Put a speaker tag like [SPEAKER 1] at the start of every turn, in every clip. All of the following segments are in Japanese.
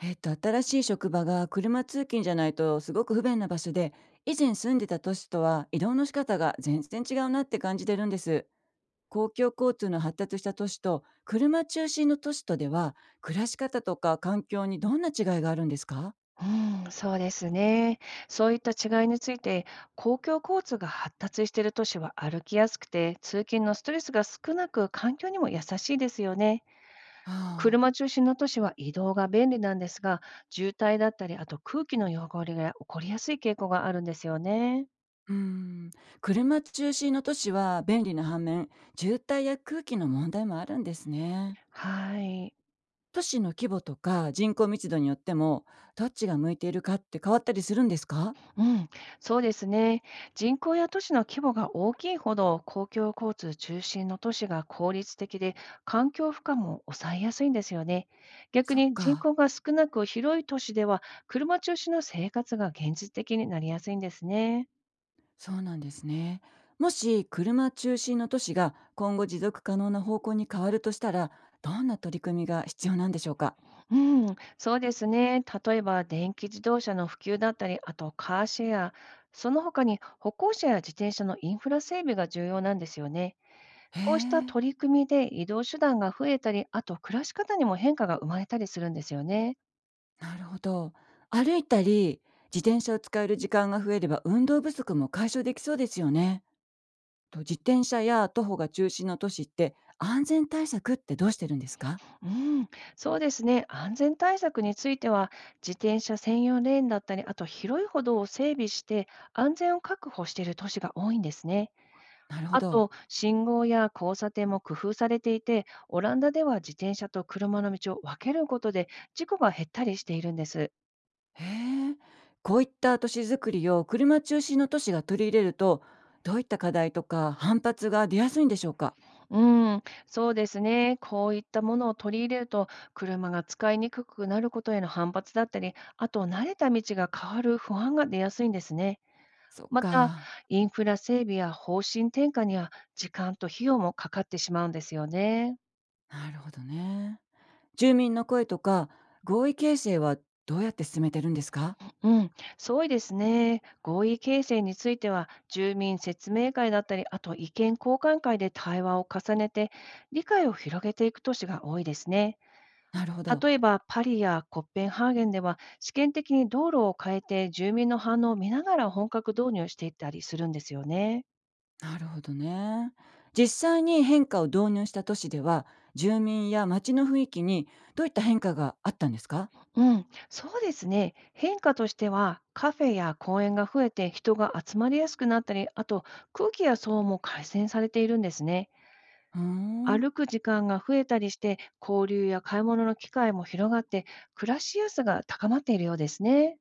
[SPEAKER 1] 新しい職場が車通勤じゃないとすごく不便な場所で、以前住んでた都市とは移動の仕方が全然違うなって感じてるんです。公共交通の発達した都市と車中心の都市とでは、暮らし方とか環境にどんな違いがあるんですか？
[SPEAKER 2] うん、そうですね。そういった違いについて、公共交通が発達している都市は歩きやすくて、通勤のストレスが少なく、環境にも優しいですよね。
[SPEAKER 1] ああ、
[SPEAKER 2] 車中心の都市は移動が便利なんですが、渋滞だったり、あと空気の汚れが起こりやすい傾向があるんですよね。
[SPEAKER 1] うーん。車中心の都市は便利な反面、渋滞や空気の問題もあるんですね。
[SPEAKER 2] はい。
[SPEAKER 1] 都市の規模とか人口密度によっても、どっちが向いているかって変わったりするんですか？
[SPEAKER 2] うん、そうですね。人口や都市の規模が大きいほど、公共交通中心の都市が効率的で、環境負荷も抑えやすいんですよね。逆
[SPEAKER 1] そっ
[SPEAKER 2] に人
[SPEAKER 1] か。
[SPEAKER 2] 口が少なく広い都市では、車中心の生活が現実的になりやすいんですね。
[SPEAKER 1] そうなんですね。もし車中心の都市が今後持続可能な方向に変わるとしたら、どんな取り組みが必要なんでしょうか？
[SPEAKER 2] うん、そうですね。例えば、電気自動車の普及だったり、あとカーシェア、その他に歩行者や自転車のインフラ整備が重要なんですよね。
[SPEAKER 1] へ
[SPEAKER 2] こうした
[SPEAKER 1] え、
[SPEAKER 2] 取り組みで移動手段が増えたり、あと暮らし方にも変化が生まれたりするんですよね。
[SPEAKER 1] なるほど。歩いたり、自転車を使える時間が増えれば運動不足も解消できそうですよね。と自転車や徒歩が中心の都市って安全対策ってどうしてるんですか？
[SPEAKER 2] うん、そうですね。安全対策については、自転車専用レーンだったり、あと広い歩道を整備して安全を確保している都市が多いんですね。
[SPEAKER 1] なるほ
[SPEAKER 2] あ
[SPEAKER 1] ど。
[SPEAKER 2] と、信号や交差点も工夫されていて、オランダでは自転車と車の道を分けることで事故が減ったりしているんです。
[SPEAKER 1] へえ、こういった都市づくりを車中心の都市が取り入れると、どういった課題とか反発が出やすいんでしょうか？
[SPEAKER 2] うん、そうですね。こういったものを取り入れると、車が使いにくくなることへの反発だったり、あと慣れた道が変わる不安が出やすいんですね。
[SPEAKER 1] そっ
[SPEAKER 2] また、
[SPEAKER 1] か、
[SPEAKER 2] インフラ整備や方針転換には時間と費用もかかってしまうんですよね。
[SPEAKER 1] なるほどね。住民の声とか合意形成はどうやって進めてるんですか？
[SPEAKER 2] うん、そうですね。合意形成については、住民説明会だったり、あと意見交換会で対話を重ねて、理解を広げていく都市が多いですね。
[SPEAKER 1] なるほど。
[SPEAKER 2] 例えばパリやコッペンハーゲンでは試験的に道路を変えて住民の反応を見ながら本格導入していったりするんですよね。
[SPEAKER 1] なるほどね。実際に変化を導入した都市では、住民や街の雰囲気にどういった変化があったんですか？
[SPEAKER 2] うん、そうですね。変化としてはカフェや公園が増えて人が集まりやすくなったり、あと空気や騒音も改善されているんですね。
[SPEAKER 1] うーん、
[SPEAKER 2] 歩く時間が増えたりして交流や買い物の機会も広がって暮らしやすさが高まっているようですね。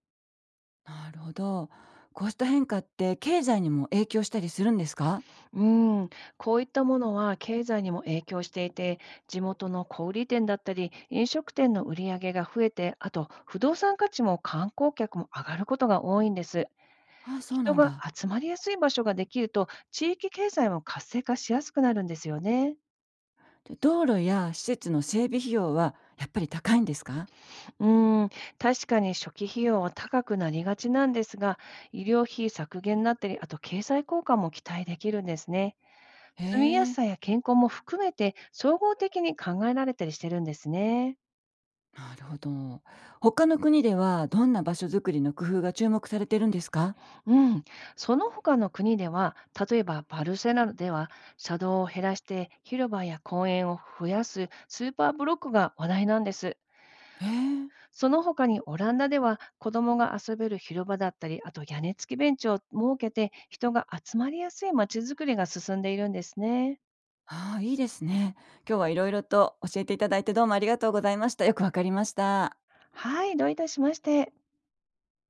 [SPEAKER 1] なるほど。こうした変化って経済にも影響したりするんですか？
[SPEAKER 2] うん、こういったものは経済にも影響していて、地元の小売店だったり、飲食店の売り上げが増えて、あと不動産価値も観光客も上がることが多いんです。
[SPEAKER 1] あ、そう
[SPEAKER 2] 人
[SPEAKER 1] なん
[SPEAKER 2] が
[SPEAKER 1] だ。
[SPEAKER 2] 集まりやすい場所ができると、地域経済も活性化しやすくなるんですよね。
[SPEAKER 1] で道路や施設の整備費用はやっぱり高いんですか？
[SPEAKER 2] うん、確かに初期費用は高くなりがちなんですが、医療費削減になったり、あと経済効果も期待できるんですね。
[SPEAKER 1] へ
[SPEAKER 2] 住みやす
[SPEAKER 1] え。
[SPEAKER 2] さや健康も含めて、総合的に考えられたりしてるんですね。
[SPEAKER 1] なるほど。他の国ではどんな場所づくりの工夫が注目されてるんですか？
[SPEAKER 2] うん。その他の国では、例えばバルセロナでは、車道を減らして広場や公園を増やすスーパーブロックが話題なんです。
[SPEAKER 1] へえ。
[SPEAKER 2] その他にオランダでは、子供が遊べる広場だったり、あと屋根付きベンチを設けて、人が集まりやすい街づくりが進んでいるんですね。
[SPEAKER 1] ああ、いいですね。今日はいろいろと教えていただいてどうもありがとうございました。よくわかりました。
[SPEAKER 2] はい、どういたしまして。